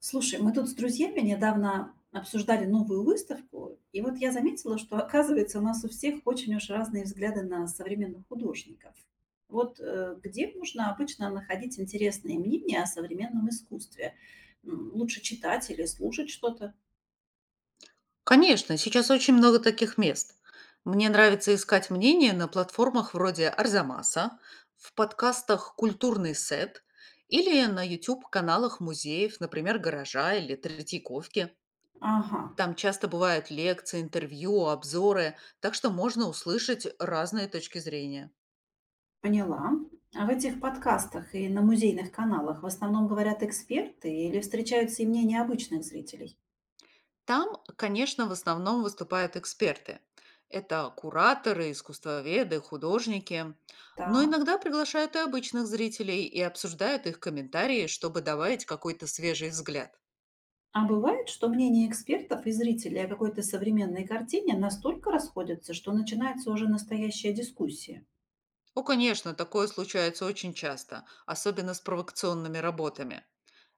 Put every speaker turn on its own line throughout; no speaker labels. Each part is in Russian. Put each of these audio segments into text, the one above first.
Слушай, мы тут с друзьями недавно обсуждали новую выставку, и вот я заметила, что, оказывается, у нас у всех очень уж разные взгляды на современных художников. Вот где можно обычно находить интересные мнения о современном искусстве? Лучше читать или слушать что-то?
Конечно, сейчас очень много таких мест. Мне нравится искать мнения на платформах вроде Арзамаса, в подкастах «Культурный сет» или на YouTube-каналах музеев, например, «Гаража» или «Третьяковки».
Ага,
Там часто бывают лекции, интервью, обзоры, так что можно услышать разные точки зрения.
поняла. А в этих подкастах и на музейных каналах в основном говорят эксперты или встречаются и мнения обычных зрителей?
Там, конечно, в основном выступают эксперты. Это кураторы, искусствоведы, художники. Но
Так.
иногда приглашают и обычных зрителей и обсуждают их комментарии, чтобы добавить какой-то свежий взгляд.
А бывает, что мнения экспертов и зрителей о какой-то современной картине настолько расходятся, что начинается уже настоящая дискуссия.
О, конечно, такое случается очень часто, особенно с провокационными работами.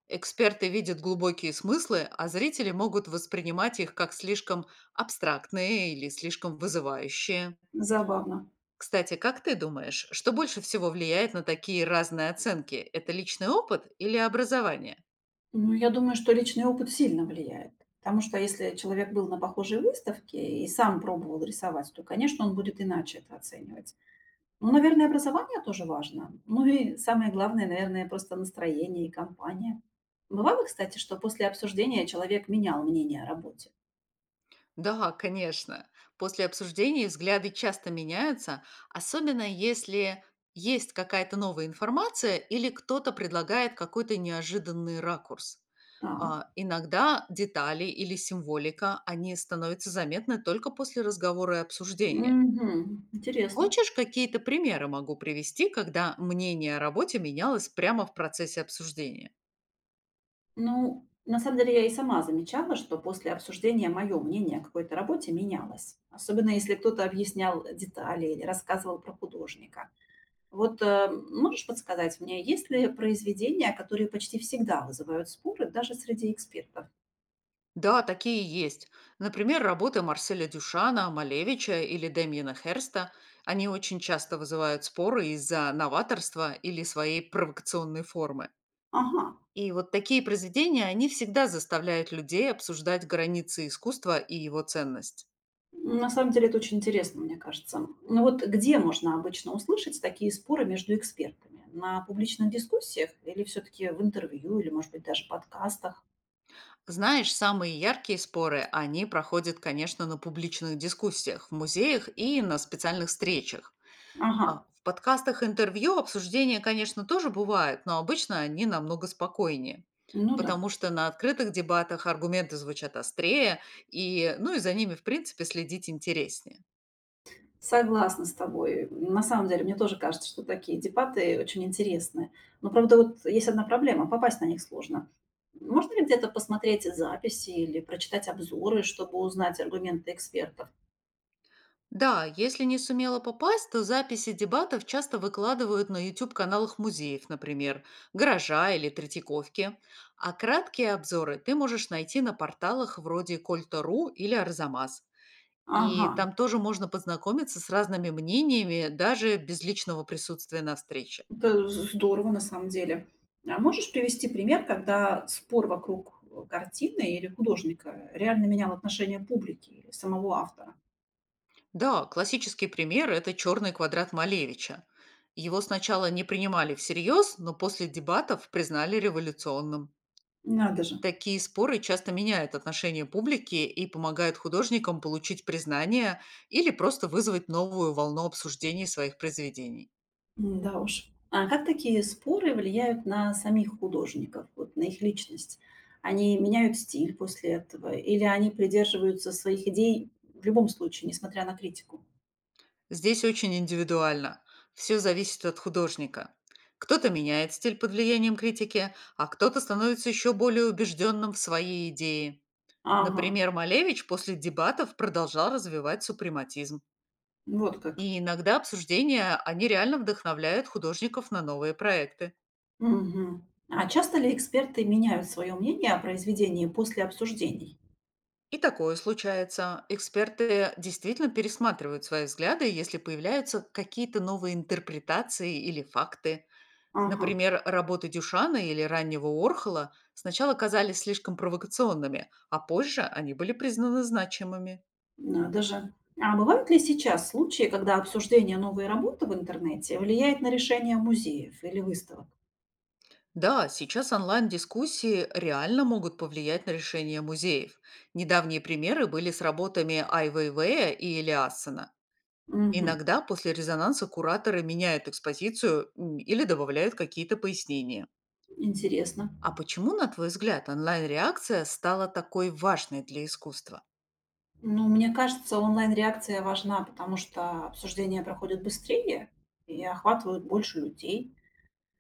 Эксперты видят глубокие смыслы, а зрители могут воспринимать их как слишком абстрактные или слишком вызывающие.
Забавно.
Кстати, как ты думаешь, что больше всего влияет на такие разные оценки? Это личный опыт или образование?
Ну, я думаю, что личный опыт сильно влияет. Потому что если человек был на похожей выставке и сам пробовал рисовать, то, конечно, он будет иначе это оценивать. Ну, наверное, образование тоже важно. Ну и самое главное, наверное, просто настроение и компания. Бывало, кстати, что после обсуждения человек менял мнение о работе.
Да, конечно. После обсуждений взгляды часто меняются, особенно если есть какая-то новая информация или кто-то предлагает какой-то неожиданный ракурс.
Так.
Иногда детали или символика, они становятся заметны только после разговора и обсуждения.
Угу. Интересно.
Хочешь, какие-то примеры могу привести, когда мнение о работе менялось прямо в процессе обсуждения?
Ну, на самом деле я и сама замечала, что после обсуждения мое мнение о какой-то работе менялось, особенно если кто-то объяснял детали или рассказывал про художника. Вот можешь подсказать мне, есть ли произведения, которые почти всегда вызывают споры даже среди экспертов?
Да, такие есть. Например, работы Марселя Дюшана, Малевича или Демьена Херста. Они очень часто вызывают споры из-за новаторства или своей провокационной формы.
Ага,
И вот такие произведения, они всегда заставляют людей обсуждать границы искусства и его ценность.
на самом деле это очень интересно, мне кажется. Ну вот где можно обычно услышать такие споры между экспертами? На публичных дискуссиях или все-таки в интервью или, может быть, даже подкастах?
Знаешь, самые яркие споры, они проходят, конечно, на публичных дискуссиях, в музеях и на специальных встречах.
Ага,
А в подкастах интервью обсуждения, конечно, тоже бывают, но обычно они намного спокойнее.
ну да.
Потому что на открытых дебатах аргументы звучат острее, и, ну и за ними, в принципе, следить интереснее.
Согласна с тобой. На самом деле, мне тоже кажется, что такие дебаты очень интересны. Но, правда, вот есть одна проблема – попасть на них сложно. Можно ли где-то посмотреть записи или прочитать обзоры, чтобы узнать аргументы экспертов?
Да, если не сумела попасть, то записи дебатов часто выкладывают на YouTube-каналах музеев, например, «Гаража» или «Третьяковки». А краткие обзоры ты можешь найти на порталах вроде Кольта.ру или Арзамас. И
Ага,
там тоже можно познакомиться с разными мнениями, даже без личного присутствия на встрече.
это здорово на самом деле. А можешь привести пример, когда спор вокруг картины или художника реально менял отношение публики или самого автора?
Да, классический пример — это «Черный квадрат Малевича». Его сначала не принимали всерьез, но после дебатов признали революционным.
Надо же.
Такие споры часто меняют отношение публики и помогают художникам получить признание или просто вызвать новую волну обсуждений своих произведений.
Да уж. А как такие споры влияют на самих художников, вот на их личность? Они меняют стиль после этого или они придерживаются своих идей в любом случае, несмотря на критику?
Здесь очень индивидуально. Все зависит от художника. Кто-то меняет стиль под влиянием критики, а кто-то становится еще более убежденным в своей идее.
Ага,
Например, Малевич после дебатов продолжал развивать супрематизм.
вот как.
И иногда обсуждения, они реально вдохновляют художников на новые проекты.
Мгм. А часто ли эксперты меняют свое мнение о произведении после обсуждений?
И такое случается. Эксперты действительно пересматривают свои взгляды, если появляются какие-то новые интерпретации или факты.
Ага,
Например, работы Дюшана или раннего Орхола сначала казались слишком провокационными, а позже они были признаны значимыми.
надо же. А бывают ли сейчас случаи, когда обсуждение новой работы в интернете влияет на решение музеев или выставок?
Да, сейчас онлайн-дискуссии реально могут повлиять на решение музеев. Недавние примеры были с работами Айвейвея и Элиассена.
Угу,
Иногда после резонанса кураторы меняют экспозицию, или добавляют какие-то пояснения.
интересно.
А почему, на твой взгляд, онлайн-реакция стала такой важной для искусства?
Ну, мне кажется, онлайн-реакция важна, потому что обсуждения проходят быстрее и охватывают больше людей.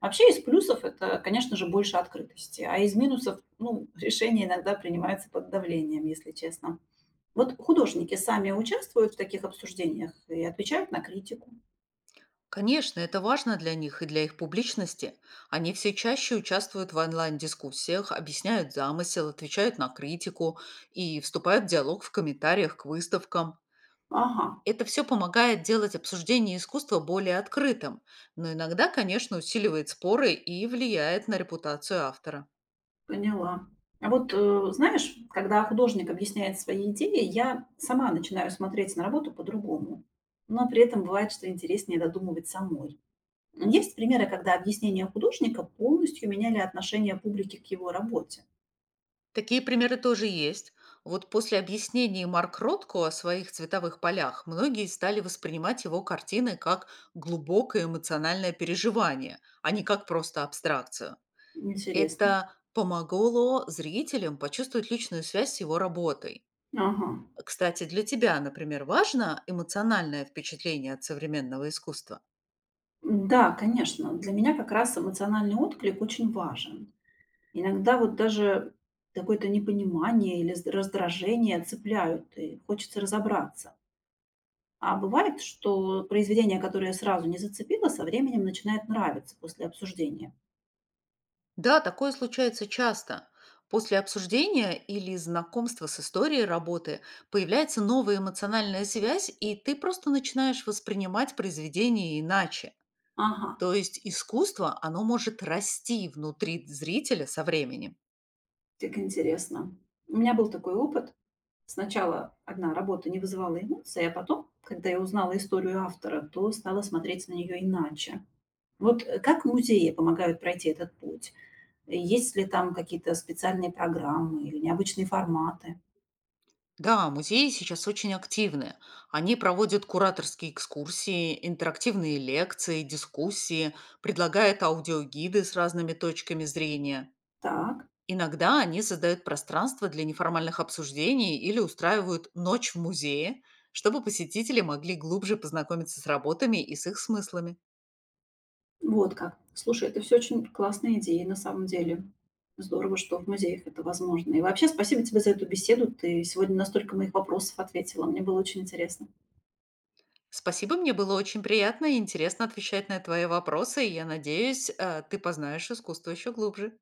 Вообще из плюсов это, конечно же, больше открытости, а из минусов, ну, решения иногда принимаются под давлением, если честно. Вот художники сами участвуют в таких обсуждениях и отвечают на критику.
Конечно, это важно для них и для их публичности. Они все чаще участвуют в онлайн-дискуссиях, объясняют замысел, отвечают на критику и вступают в диалог в комментариях к выставкам.
Ага,
Это все помогает делать обсуждение искусства более открытым, но иногда, конечно, усиливает споры и влияет на репутацию автора.
поняла. А вот знаешь, когда художник объясняет свои идеи, я сама начинаю смотреть на работу по-другому. Но при этом бывает, что интереснее додумывать самой. Ну, есть примеры, когда объяснения художника полностью меняли отношение публики к его работе.
Такие примеры тоже есть. Вот после объяснений Марк Ротко о своих цветовых полях многие стали воспринимать его картины как глубокое эмоциональное переживание, а не как просто абстракцию.
Интересно.
Это помогло зрителям почувствовать личную связь с его работой.
Ага.
Кстати, для тебя, например, важно эмоциональное впечатление от современного искусства?
Да, конечно. Для меня как раз эмоциональный отклик очень важен. Иногда вот даже какое-то непонимание или раздражение цепляют, и хочется разобраться. А бывает, что произведение, которое сразу не зацепило, со временем начинает нравиться после обсуждения.
Да, такое случается часто. После обсуждения или знакомства с историей работы появляется новая эмоциональная связь, и ты просто начинаешь воспринимать произведение иначе.
Ага,
То есть искусство, оно может расти внутри зрителя со временем.
как интересно. У меня был такой опыт. Сначала одна работа не вызывала эмоций, а потом, когда я узнала историю автора, то стала смотреть на нее иначе. Вот как музеи помогают пройти этот путь? Есть ли там какие-то специальные программы или необычные форматы?
Да, музеи сейчас очень активны. Они проводят кураторские экскурсии, интерактивные лекции, дискуссии, предлагают аудиогиды с разными точками зрения.
Так,
Иногда они создают пространство для неформальных обсуждений или устраивают ночь в музее, чтобы посетители могли глубже познакомиться с работами и с их смыслами.
вот как. Слушай, это все очень классные идеи на самом деле. Здорово, что в музеях это возможно. И вообще спасибо тебе за эту беседу. Ты сегодня на столько моих вопросов ответила. Мне было очень интересно.
Спасибо, мне было очень приятно и интересно отвечать на твои вопросы, и я надеюсь, ты познаешь искусство еще глубже.